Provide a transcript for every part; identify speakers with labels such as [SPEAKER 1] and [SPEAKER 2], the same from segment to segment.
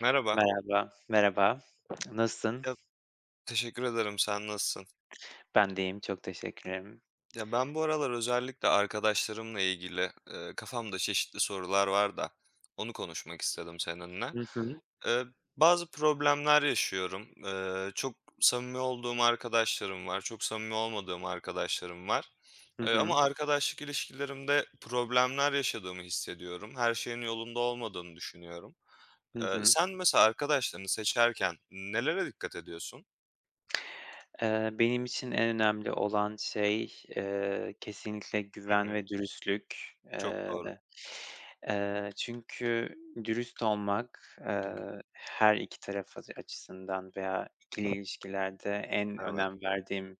[SPEAKER 1] Merhaba.
[SPEAKER 2] Merhaba, merhaba. Nasılsın?
[SPEAKER 1] Ya, teşekkür ederim. Sen nasılsın?
[SPEAKER 2] Ben de iyiyim, çok teşekkür ederim.
[SPEAKER 1] Ya ben bu aralar özellikle arkadaşlarımla ilgili kafamda çeşitli sorular var da onu konuşmak istedim seninle.
[SPEAKER 2] Hı hı.
[SPEAKER 1] E, Bazı problemler yaşıyorum. Çok samimi olduğum arkadaşlarım var, çok samimi olmadığım arkadaşlarım var.
[SPEAKER 2] Hı
[SPEAKER 1] Ama
[SPEAKER 2] hı.
[SPEAKER 1] arkadaşlık ilişkilerimde problemler yaşadığımı hissediyorum. Her şeyin yolunda olmadığını düşünüyorum.
[SPEAKER 2] Hı hı.
[SPEAKER 1] Sen mesela arkadaşlarını seçerken nelere dikkat ediyorsun?
[SPEAKER 2] Benim için en önemli olan şey, kesinlikle
[SPEAKER 1] Hı
[SPEAKER 2] güven
[SPEAKER 1] hı,
[SPEAKER 2] ve dürüstlük.
[SPEAKER 1] çok
[SPEAKER 2] Eee,
[SPEAKER 1] doğru.
[SPEAKER 2] Çünkü dürüst olmak,
[SPEAKER 1] Hı hı.
[SPEAKER 2] her iki taraf açısından veya ikili ilişkilerde en
[SPEAKER 1] Evet.
[SPEAKER 2] önem verdiğim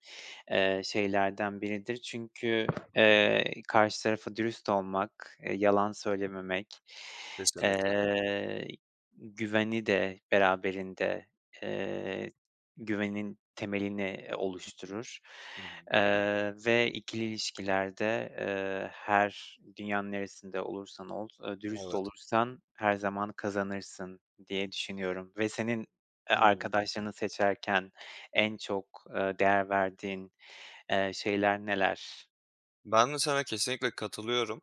[SPEAKER 2] şeylerden biridir. Çünkü,
[SPEAKER 1] Hı hı.
[SPEAKER 2] karşı tarafa dürüst olmak, yalan söylememek,
[SPEAKER 1] Kesinlikle.
[SPEAKER 2] eee, güveni de beraberinde, eee, güvenin temelini
[SPEAKER 1] Hı hı.
[SPEAKER 2] oluşturur,
[SPEAKER 1] Hı hı.
[SPEAKER 2] ve ikili ilişkilerde, her dünyanın neresinde olursan ol, dürüst
[SPEAKER 1] Evet.
[SPEAKER 2] olursan her zaman kazanırsın diye düşünüyorum ve senin,
[SPEAKER 1] Hı hı.
[SPEAKER 2] arkadaşlarını seçerken en çok, değer verdiğin şeyler neler?
[SPEAKER 1] Ben de sana kesinlikle katılıyorum.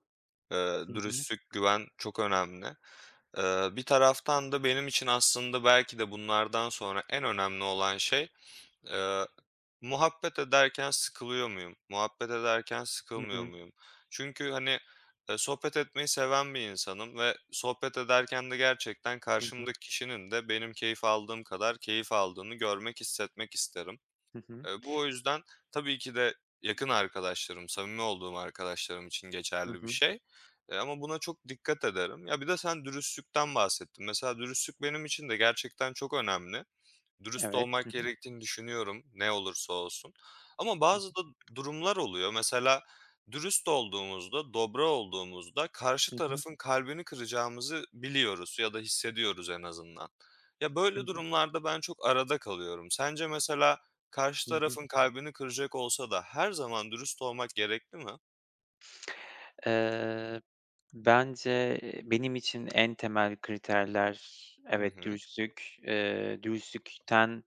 [SPEAKER 2] Hı hı.
[SPEAKER 1] Dürüstlük, güven çok önemli. Bir taraftan da benim için aslında belki de bunlardan sonra en önemli olan şey, eee, muhabbet ederken sıkılıyor muyum? Muhabbet ederken
[SPEAKER 2] Hı
[SPEAKER 1] sıkılmıyor
[SPEAKER 2] hı.
[SPEAKER 1] muyum? Çünkü, hani, sohbet etmeyi seven bir insanım ve sohbet ederken de gerçekten
[SPEAKER 2] Hı hı.
[SPEAKER 1] karşımdaki kişinin de benim keyif aldığım kadar keyif aldığını görmek, hissetmek isterim.
[SPEAKER 2] Hı hı.
[SPEAKER 1] Bu o yüzden tabii ki de yakın arkadaşlarım, samimi olduğum arkadaşlarım için
[SPEAKER 2] Hı
[SPEAKER 1] geçerli bir
[SPEAKER 2] hı.
[SPEAKER 1] şey. Ama buna çok dikkat ederim. Ya, bir de sen dürüstlükten bahsettin. Mesela dürüstlük benim için de gerçekten çok önemli. Dürüst
[SPEAKER 2] Evet.
[SPEAKER 1] olmak
[SPEAKER 2] Hı hı.
[SPEAKER 1] gerektiğini düşünüyorum, ne olursa olsun. Ama
[SPEAKER 2] Hı hı.
[SPEAKER 1] bazı da durumlar oluyor. Mesela dürüst olduğumuzda, dobra olduğumuzda karşı
[SPEAKER 2] Hı hı.
[SPEAKER 1] tarafın kalbini kıracağımızı biliyoruz ya da hissediyoruz en azından. Ya,
[SPEAKER 2] Hı
[SPEAKER 1] böyle
[SPEAKER 2] hı.
[SPEAKER 1] durumlarda ben çok arada kalıyorum. Sence mesela karşı
[SPEAKER 2] Hı hı.
[SPEAKER 1] tarafın kalbini kıracak olsa da her zaman dürüst olmak gerekli mi?
[SPEAKER 2] Eee Bence, benim için en temel kriterler,
[SPEAKER 1] Hı
[SPEAKER 2] evet,
[SPEAKER 1] hı.
[SPEAKER 2] dürüstlük. Dürüstlükten,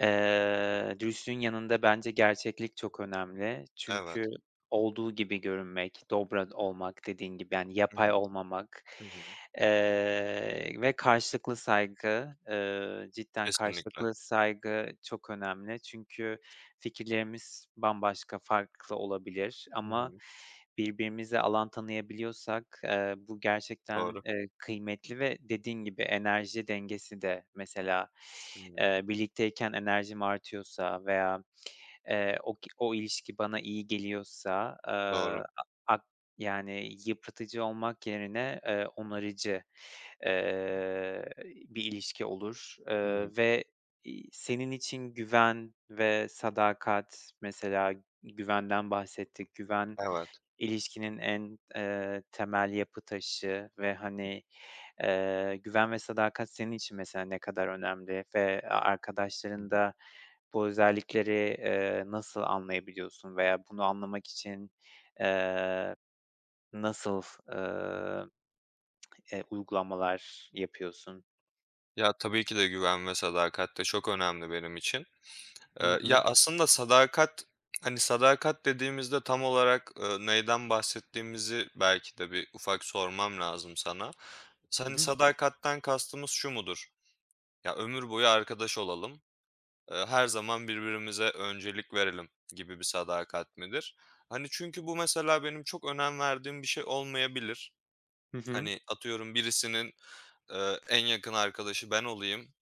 [SPEAKER 2] dürüstlüğün yanında bence gerçeklik çok önemli. Çünkü
[SPEAKER 1] Evet.
[SPEAKER 2] olduğu gibi görünmek, dobra olmak dediğin gibi, yani,
[SPEAKER 1] Hı
[SPEAKER 2] yapay
[SPEAKER 1] hı.
[SPEAKER 2] olmamak,
[SPEAKER 1] Hı hı.
[SPEAKER 2] ve karşılıklı saygı, cidden
[SPEAKER 1] Kesinlikle.
[SPEAKER 2] karşılıklı saygı çok önemli. Çünkü fikirlerimiz bambaşka, farklı olabilir
[SPEAKER 1] Hı
[SPEAKER 2] ama
[SPEAKER 1] hı.
[SPEAKER 2] birbirimize alan tanıyabiliyorsak, bu gerçekten,
[SPEAKER 1] Doğru.
[SPEAKER 2] kıymetli ve dediğin gibi enerji dengesi de mesela,
[SPEAKER 1] Hı hı.
[SPEAKER 2] birlikteyken enerjim artıyorsa veya o ilişki bana iyi geliyorsa,
[SPEAKER 1] Doğru.
[SPEAKER 2] a ak yani yıpratıcı olmak yerine, onarıcı, bir ilişki olur,
[SPEAKER 1] Hı hı.
[SPEAKER 2] ve, senin için güven ve sadakat mesela güvenden bahsettik. Güven
[SPEAKER 1] Evet.
[SPEAKER 2] İlişkinin en, temel yapı taşı ve,
[SPEAKER 1] Hı
[SPEAKER 2] hani, güven ve sadakat senin için mesela ne kadar önemli ve arkadaşların
[SPEAKER 1] hı.
[SPEAKER 2] da bu özellikleri, nasıl anlayabiliyorsun veya bunu anlamak için, eee, nasıl, eee, uygulamalar yapıyorsun?
[SPEAKER 1] Ya, tabii ki de güven ve sadakat de çok önemli benim için.
[SPEAKER 2] Hı
[SPEAKER 1] Ya,
[SPEAKER 2] hı.
[SPEAKER 1] aslında sadakat, hani, sadakat dediğimizde tam olarak, neyden bahsettiğimizi belki de bir ufak sormam lazım sana.
[SPEAKER 2] Hı
[SPEAKER 1] Hani,
[SPEAKER 2] hı.
[SPEAKER 1] sadakatten kastımız şu mudur? Ya, ömür boyu arkadaş olalım, her zaman birbirimize öncelik verelim gibi bir sadakat midir? Hani, çünkü bu mesela benim çok önem verdiğim bir şey olmayabilir.
[SPEAKER 2] Hı hı.
[SPEAKER 1] Hani, atıyorum birisinin, en yakın arkadaşı ben olayım.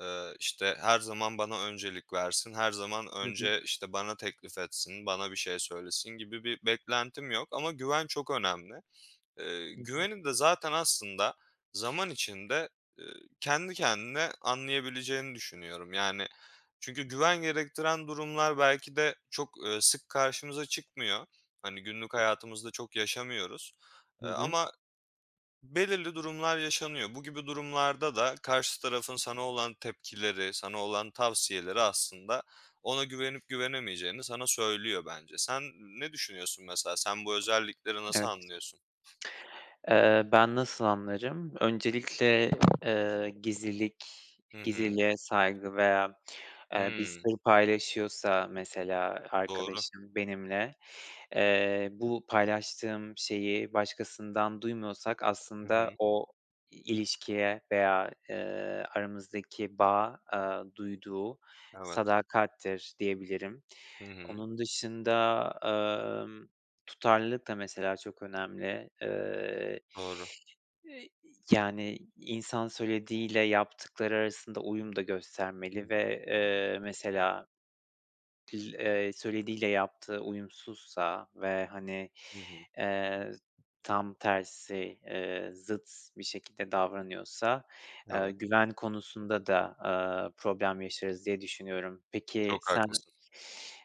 [SPEAKER 1] İşte, her zaman bana öncelik versin, her zaman
[SPEAKER 2] Hı hı.
[SPEAKER 1] önce, işte, bana teklif etsin, bana bir şey söylesin gibi bir beklentim yok ama güven çok önemli.
[SPEAKER 2] Hı hı.
[SPEAKER 1] Güveni de zaten aslında zaman içinde, eee, kendi kendine anlayabileceğini düşünüyorum. Yani, çünkü güven gerektiren durumlar belki de çok, sık karşımıza çıkmıyor. Hani, günlük hayatımızda çok yaşamıyoruz,
[SPEAKER 2] Hı hı.
[SPEAKER 1] ama belirli durumlar yaşanıyor. Bu gibi durumlarda da karşı tarafın sana olan tepkileri, sana olan tavsiyeleri aslında ona güvenip güvenemeyeceğini sana söylüyor bence. Sen ne düşünüyorsun mesela? Sen bu özellikleri nasıl
[SPEAKER 2] Evet.
[SPEAKER 1] anlıyorsun?
[SPEAKER 2] Ben nasıl anlarım? Öncelikle, gizlilik,
[SPEAKER 1] Hı hı.
[SPEAKER 2] gizliliğe saygı veya, bir
[SPEAKER 1] Hımm.
[SPEAKER 2] sır paylaşıyorsa mesela
[SPEAKER 1] Doğru.
[SPEAKER 2] arkadaşım benimle, bu paylaştığım şeyi başkasından duymuyorsak
[SPEAKER 1] Hı hı.
[SPEAKER 2] aslında o ilişkiye veya, aramızdaki bağ duyduğu
[SPEAKER 1] Evet.
[SPEAKER 2] sadakattir diyebilirim.
[SPEAKER 1] Hı hı.
[SPEAKER 2] Onun dışında, tutarlılık da mesela çok önemli.
[SPEAKER 1] Doğru.
[SPEAKER 2] Eee, Yani, insan söylediğiyle yaptıkları arasında uyum da göstermeli ve, mesela Dil söylediğiyle yaptığı uyumsuzsa ve, hani,
[SPEAKER 1] Hı hı.
[SPEAKER 2] eee, tam tersi, zıt bir şekilde davranıyorsa,
[SPEAKER 1] Evet.
[SPEAKER 2] güven konusunda da, problem yaşarız diye düşünüyorum. Peki
[SPEAKER 1] Çok
[SPEAKER 2] sen,
[SPEAKER 1] haklısın.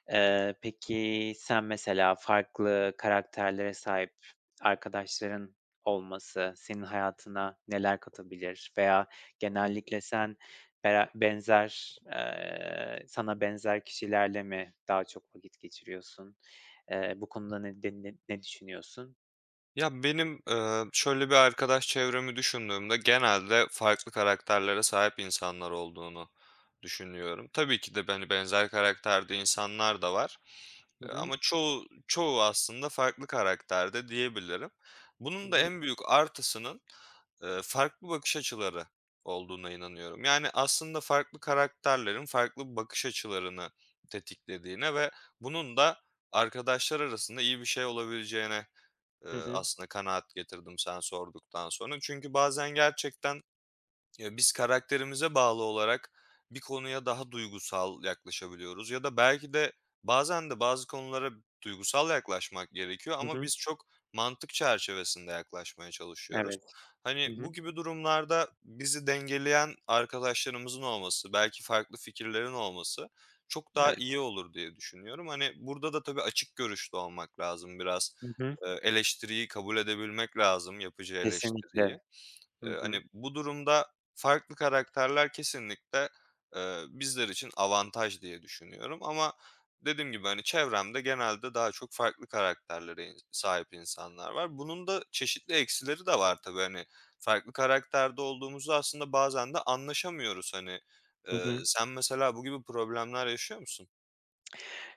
[SPEAKER 2] eee, peki sen mesela farklı karakterlere sahip arkadaşların olması senin hayatına neler katabilir veya genellikle sen sana benzer kişilerle mi daha çok vakit geçiriyorsun? Bu konuda ne de ne ne düşünüyorsun?
[SPEAKER 1] Ya, benim, şöyle bir arkadaş çevremi düşündüğümde genelde farklı karakterlere sahip insanlar olduğunu düşünüyorum. Tabii ki de, beni benzer karakterde insanlar da var,
[SPEAKER 2] Hı hı.
[SPEAKER 1] ama çoğu aslında farklı karakterde diyebilirim.
[SPEAKER 2] Hı
[SPEAKER 1] Bunun da
[SPEAKER 2] hı.
[SPEAKER 1] en büyük artısının, farklı bakış açıları olduğuna inanıyorum. Yani, aslında farklı karakterlerin farklı bakış açılarını tetiklediğine ve bunun da arkadaşlar arasında iyi bir şey olabileceğine
[SPEAKER 2] Hı hı.
[SPEAKER 1] aslında kanaat getirdim sen sorduktan sonra. Çünkü bazen gerçekten ya, biz karakterimize bağlı olarak bir konuya daha duygusal yaklaşabiliyoruz ya da belki de bazen de bazı konulara duygusal yaklaşmak gerekiyor
[SPEAKER 2] Hı
[SPEAKER 1] ama
[SPEAKER 2] hı.
[SPEAKER 1] biz çok mantık çerçevesinde yaklaşmaya çalışıyoruz.
[SPEAKER 2] Evet. Hı
[SPEAKER 1] Hani,
[SPEAKER 2] hı.
[SPEAKER 1] bu gibi durumlarda bizi dengeleyen arkadaşlarımızın olması, belki farklı fikirlerin olması çok daha
[SPEAKER 2] Evet.
[SPEAKER 1] iyi olur diye düşünüyorum. Hani, burada da tabii açık görüşlü olmak lazım biraz.
[SPEAKER 2] Hı hı.
[SPEAKER 1] Eleştiriyi kabul edebilmek lazım, yapıcı
[SPEAKER 2] Kesinlikle.
[SPEAKER 1] eleştiriyi.
[SPEAKER 2] Hı
[SPEAKER 1] Hani,
[SPEAKER 2] hı.
[SPEAKER 1] bu durumda farklı karakterler kesinlikle, bizler için avantaj diye düşünüyorum ama dediğim gibi, hani, çevremde genelde daha çok farklı karakterlere sahip insanlar var. Bunun da çeşitli eksileri de var tabii. Hani, farklı karakterde olduğumuzda aslında bazen de anlaşamıyoruz, hani.
[SPEAKER 2] Hı hı.
[SPEAKER 1] Sen mesela bu gibi problemler yaşıyor musun?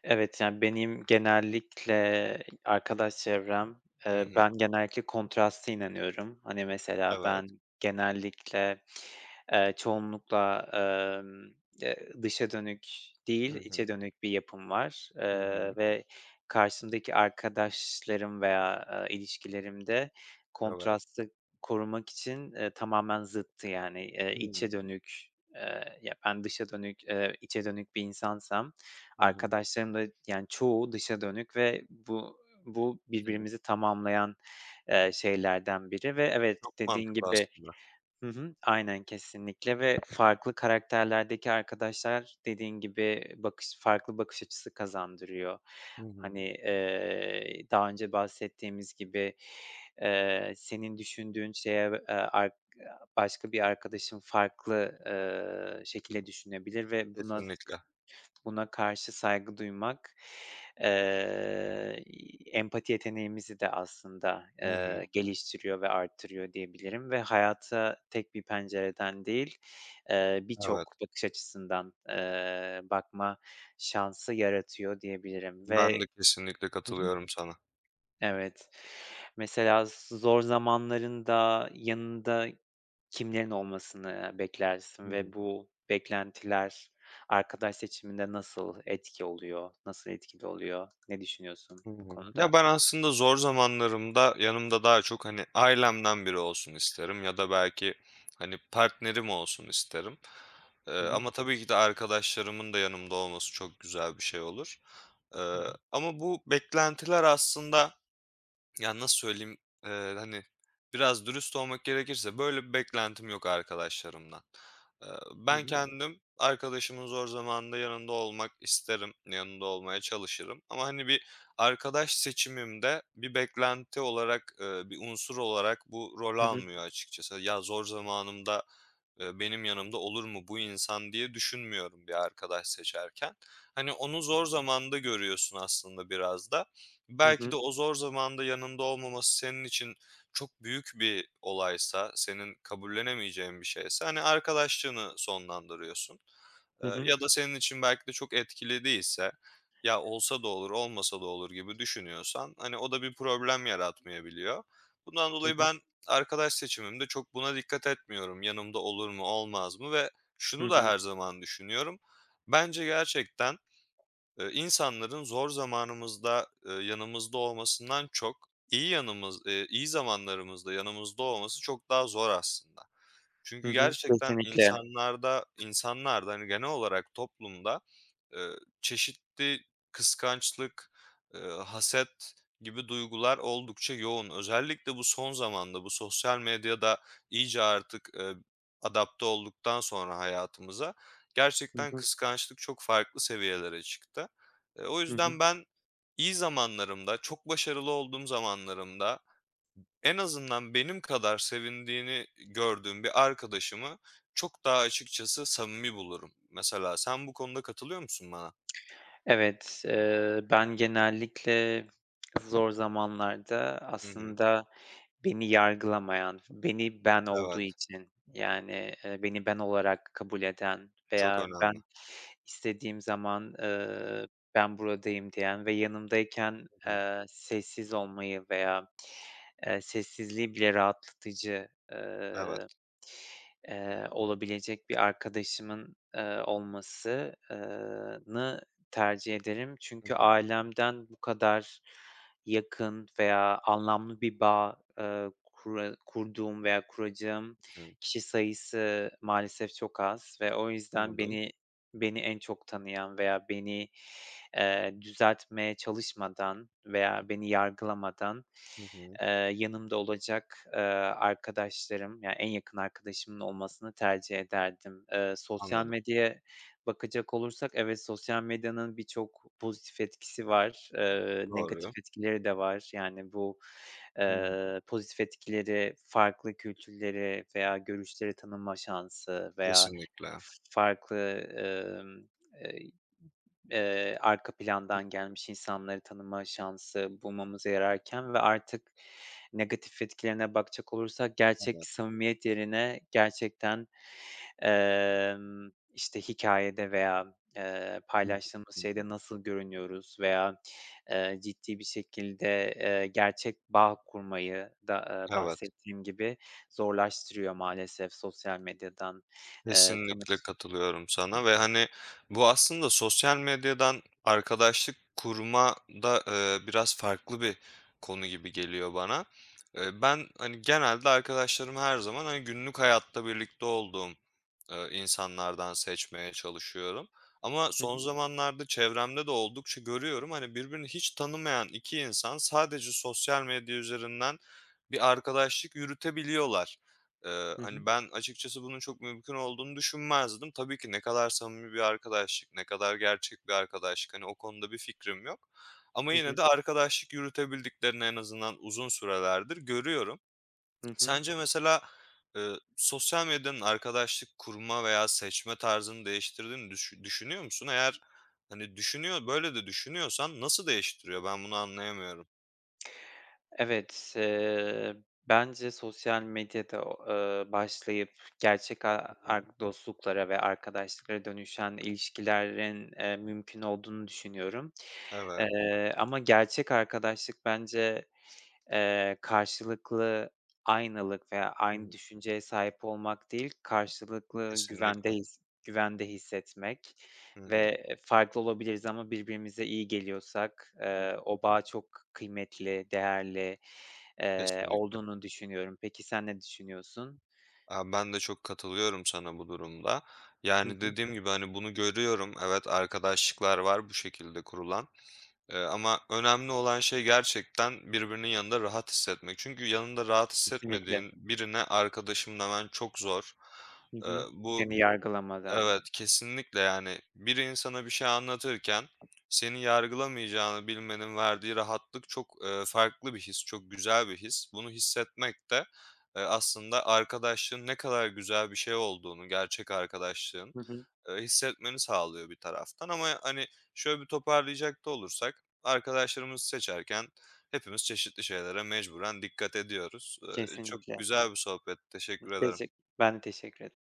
[SPEAKER 2] Evet, yani, benim genellikle arkadaş çevrem,
[SPEAKER 1] Hı hı.
[SPEAKER 2] ben genellikle kontrasta inanıyorum. Hani, mesela
[SPEAKER 1] Evet.
[SPEAKER 2] ben genellikle, çoğunlukla, dışa dönük değil,
[SPEAKER 1] Hı
[SPEAKER 2] içe
[SPEAKER 1] hı.
[SPEAKER 2] dönük bir yapım var,
[SPEAKER 1] Hı hı.
[SPEAKER 2] ve karşımdaki arkadaşlarım veya, ilişkilerimde
[SPEAKER 1] Evet.
[SPEAKER 2] kontrastı korumak için, tamamen zıttı. Yani,
[SPEAKER 1] Hıı.
[SPEAKER 2] içe dönük, ya, ben dışa dönük, içe dönük bir insansam,
[SPEAKER 1] Hı hı.
[SPEAKER 2] arkadaşlarım da yani çoğu dışa dönük ve bu
[SPEAKER 1] Hı hı. hı.
[SPEAKER 2] birbirimizi tamamlayan, şeylerden biri ve evet,
[SPEAKER 1] Çok
[SPEAKER 2] dediğin
[SPEAKER 1] mantıklı
[SPEAKER 2] gibi.
[SPEAKER 1] aslında.
[SPEAKER 2] Hı hı. Aynen, kesinlikle ve farklı karakterlerdeki arkadaşlar dediğin gibi farklı bakış açısı kazandırıyor.
[SPEAKER 1] Hı hı.
[SPEAKER 2] Hani, daha önce bahsettiğimiz gibi, senin düşündüğün şeye, ark başka bir arkadaşın farklı, şekilde düşünebilir ve buna
[SPEAKER 1] Kesinlikle.
[SPEAKER 2] Buna karşı saygı duymak, eee, empati yeteneğimizi de aslında,
[SPEAKER 1] Hı hı.
[SPEAKER 2] geliştiriyor ve arttırıyor diyebilirim ve hayata tek bir pencereden değil,
[SPEAKER 1] Evet,
[SPEAKER 2] birçok bakış açısından, bakma şansı yaratıyor diyebilirim
[SPEAKER 1] ben
[SPEAKER 2] ve.
[SPEAKER 1] de kesinlikle
[SPEAKER 2] Hı hı.
[SPEAKER 1] katılıyorum sana.
[SPEAKER 2] Evet. Mesela zor zamanlarında yanında kimlerin olmasını
[SPEAKER 1] Hı
[SPEAKER 2] beklersin
[SPEAKER 1] hı.
[SPEAKER 2] ve bu beklentiler arkadaş seçiminde nasıl etkili oluyor? Ne düşünüyorsun
[SPEAKER 1] Hı
[SPEAKER 2] bu
[SPEAKER 1] hı. Ya,
[SPEAKER 2] konuda?
[SPEAKER 1] ben aslında zor zamanlarımda yanımda daha çok, hani, ailemden biri olsun isterim ya da belki, hani, partnerim olsun isterim.
[SPEAKER 2] Hı hı.
[SPEAKER 1] Ama tabii ki de arkadaşlarımın da yanımda olması çok güzel bir şey olur.
[SPEAKER 2] Hı
[SPEAKER 1] Ama bu beklentiler aslında ya, nasıl söyleyeyim? Hani, biraz dürüst olmak gerekirse böyle bir beklentim yok arkadaşlarımdan. Eee, Ben
[SPEAKER 2] hı.
[SPEAKER 1] kendim arkadaşımın zor zamanında yanında olmak isterim, yanında olmaya çalışırım ama, hani, bir arkadaş seçimimde bir beklenti olarak, bir unsur olarak bu rol
[SPEAKER 2] Hı hı.
[SPEAKER 1] almıyor açıkçası. Ya, zor zamanımda, benim yanımda olur mu bu insan diye düşünmüyorum bir arkadaş seçerken. Hani, onu zor zamanda görüyorsun aslında biraz da.
[SPEAKER 2] Hı
[SPEAKER 1] Belki de
[SPEAKER 2] hı.
[SPEAKER 1] o zor zamanda yanında olmaması senin için çok büyük bir olaysa, senin kabullenemeyeceğin bir şeyse, hani, arkadaşlığını sonlandırıyorsun.
[SPEAKER 2] Hı hı.
[SPEAKER 1] Ya da senin için belki de çok etkili değilse, "Ya, olsa da olur, olmasa da olur." gibi düşünüyorsan, hani, o da bir problem yaratmayabiliyor. Bundan
[SPEAKER 2] Hı
[SPEAKER 1] dolayı
[SPEAKER 2] hı.
[SPEAKER 1] ben arkadaş seçimimde çok buna dikkat etmiyorum, yanımda olur mu, olmaz mı ve
[SPEAKER 2] Hı
[SPEAKER 1] şunu da
[SPEAKER 2] hı.
[SPEAKER 1] her zaman düşünüyorum. Bence gerçekten, insanların zor zamanımızda, yanımızda olmasından çok iyi yanımız iyi zamanlarımızda yanımızda olması çok daha zor aslında.
[SPEAKER 2] Hı
[SPEAKER 1] Çünkü
[SPEAKER 2] hı.
[SPEAKER 1] gerçekten
[SPEAKER 2] Kesinlikle.
[SPEAKER 1] insanlarda, hani, genel olarak toplumda, eee, çeşitli kıskançlık, haset gibi duygular oldukça yoğun. Özellikle bu son zamanda, bu sosyal medyada iyice artık, adapte olduktan sonra hayatımıza,
[SPEAKER 2] Hı
[SPEAKER 1] gerçekten
[SPEAKER 2] hı.
[SPEAKER 1] kıskançlık çok farklı seviyelere çıktı. O
[SPEAKER 2] Hı
[SPEAKER 1] yüzden
[SPEAKER 2] hı.
[SPEAKER 1] ben iyi zamanlarımda, çok başarılı olduğum zamanlarımda, en azından benim kadar sevindiğini gördüğüm bir arkadaşımı çok daha açıkçası samimi bulurum. Mesela sen bu konuda katılıyor musun bana?
[SPEAKER 2] Evet, ben genellikle zor zamanlarda
[SPEAKER 1] Hı hı.
[SPEAKER 2] aslında beni yargılamayan, beni ben olduğu
[SPEAKER 1] Evet,
[SPEAKER 2] için, yani, beni ben olarak kabul eden
[SPEAKER 1] çok
[SPEAKER 2] veya
[SPEAKER 1] önemli.
[SPEAKER 2] ben istediğim zaman, "Ben buradayım." diyen ve yanımdayken,
[SPEAKER 1] Hı hı.
[SPEAKER 2] sessiz olmayı veya, sessizliği bile rahatlatıcı,
[SPEAKER 1] Evet.
[SPEAKER 2] olabilecek bir arkadaşımın, olması tercih ederim
[SPEAKER 1] Hı
[SPEAKER 2] çünkü
[SPEAKER 1] hı.
[SPEAKER 2] ailemden bu kadar yakın veya anlamlı bir bağ, kura kurduğum veya kuracağım
[SPEAKER 1] Hı hı.
[SPEAKER 2] kişi sayısı maalesef çok az ve o yüzden
[SPEAKER 1] Anladım.
[SPEAKER 2] beni en çok tanıyan veya beni, düzeltmeye çalışmadan veya beni yargılamadan,
[SPEAKER 1] Hı hı.
[SPEAKER 2] eee, yanımda olacak, arkadaşlarım, yani en yakın arkadaşımın olmasını tercih ederdim. Sosyal
[SPEAKER 1] Anladım.
[SPEAKER 2] medya Bakacak olursak, evet, sosyal medyanın birçok pozitif etkisi var, negatif
[SPEAKER 1] Doğru.
[SPEAKER 2] etkileri de var. Yani bu,
[SPEAKER 1] Hı hı.
[SPEAKER 2] pozitif etkileri farklı kültürleri veya görüşleri tanıma şansı veya
[SPEAKER 1] Kesinlikle.
[SPEAKER 2] farklı, emm, eee e, arka plandan gelmiş insanları tanıma şansı bulmamıza yararken ve artık negatif etkilerine bakacak olursak gerçek
[SPEAKER 1] Evet.
[SPEAKER 2] samimiyet yerine gerçekten, işte, hikâyede veya,
[SPEAKER 1] Hı hı.
[SPEAKER 2] paylaştığımız
[SPEAKER 1] Hı hı.
[SPEAKER 2] şeyde nasıl görünüyoruz veya, ciddi bir şekilde, gerçek bağ kurmayı da,
[SPEAKER 1] Evet.
[SPEAKER 2] bahsettiğim gibi zorlaştırıyor maalesef sosyal medyadan, tanış
[SPEAKER 1] Kesinlikle katılıyorum sana ve, hani, bu aslında sosyal medyadan arkadaşlık kurma da, biraz farklı bir konu gibi geliyor bana. Ben, hani, genelde arkadaşlarımı her zaman, hani, günlük hayatta birlikte olduğum, insanlardan seçmeye çalışıyorum ama
[SPEAKER 2] Hı hı.
[SPEAKER 1] son zamanlarda çevremde de oldukça görüyorum, hani, birbirini hiç tanımayan 2 insan sadece sosyal medya üzerinden bir arkadaşlık yürütebiliyorlar.
[SPEAKER 2] Hı
[SPEAKER 1] Hani,
[SPEAKER 2] hı.
[SPEAKER 1] ben açıkçası bunun çok mümkün olduğunu düşünmezdim. Tabii ki ne kadar samimi bir arkadaşlık, ne kadar gerçek bir arkadaşlık, hani, o konuda bir fikrim yok. Ama
[SPEAKER 2] Hı
[SPEAKER 1] yine
[SPEAKER 2] hı.
[SPEAKER 1] de arkadaşlık yürütebildiklerini en azından uzun sürelerdir görüyorum.
[SPEAKER 2] Hı hı.
[SPEAKER 1] Sence mesela, sosyal medyanın arkadaşlık kurma veya seçme tarzını değiştirdiğini düşünüyor musun? Eğer, hani, böyle düşünüyorsan nasıl değiştiriyor? Ben bunu anlayamıyorum.
[SPEAKER 2] Evet, bence sosyal medyada, başlayıp gerçek
[SPEAKER 1] Hı
[SPEAKER 2] a
[SPEAKER 1] hı.
[SPEAKER 2] ar dostluklara ve arkadaşlıklara dönüşen ilişkilerin, mümkün olduğunu düşünüyorum.
[SPEAKER 1] Evet.
[SPEAKER 2] Ama gerçek arkadaşlık bence karşılıklı aynılık veya
[SPEAKER 1] Hı
[SPEAKER 2] aynı
[SPEAKER 1] hı.
[SPEAKER 2] düşünceye sahip olmak değil, karşılıklı güvende
[SPEAKER 1] Kesinlikle.
[SPEAKER 2] güvende hissetmek
[SPEAKER 1] Hı hı.
[SPEAKER 2] ve, farklı olabiliriz ama birbirimize iyi geliyorsak,
[SPEAKER 1] Hı hı.
[SPEAKER 2] o bağ çok kıymetli, değerli,
[SPEAKER 1] Kesinlikle.
[SPEAKER 2] olduğunu düşünüyorum. Peki sen ne düşünüyorsun?
[SPEAKER 1] Abi ben de çok katılıyorum sana bu durumda.
[SPEAKER 2] Hı
[SPEAKER 1] Yani
[SPEAKER 2] hı.
[SPEAKER 1] dediğim gibi hani bunu görüyorum. Evet, arkadaşlıklar var bu şekilde kurulan. Ama önemli olan şey gerçekten birbirinin yanında rahat hissetmek. Çünkü yanında rahat
[SPEAKER 2] Kesinlikle.
[SPEAKER 1] hissetmediğin birine arkadaşım demen çok zor.
[SPEAKER 2] Hı
[SPEAKER 1] Ee,
[SPEAKER 2] hı.
[SPEAKER 1] bu
[SPEAKER 2] Seni yargılamadan.
[SPEAKER 1] Evet, kesinlikle yani bir insana bir şey anlatırken seni yargılamayacağını bilmenin verdiği rahatlık çok, farklı bir his, çok güzel bir his. Bunu hissetmek de, aslında arkadaşlığın ne kadar güzel bir şey olduğunu, gerçek arkadaşlığın,
[SPEAKER 2] Hı hı.
[SPEAKER 1] hissetmeni sağlıyor bir taraftan ama hani şöyle bir toparlayacak da olursak arkadaşlarımızı seçerken hepimiz çeşitli şeylere mecburen dikkat ediyoruz. Çok
[SPEAKER 2] Kesinlikle.
[SPEAKER 1] güzel bir sohbet. Teşekkür ederim.
[SPEAKER 2] Ben de teşekkür ederim.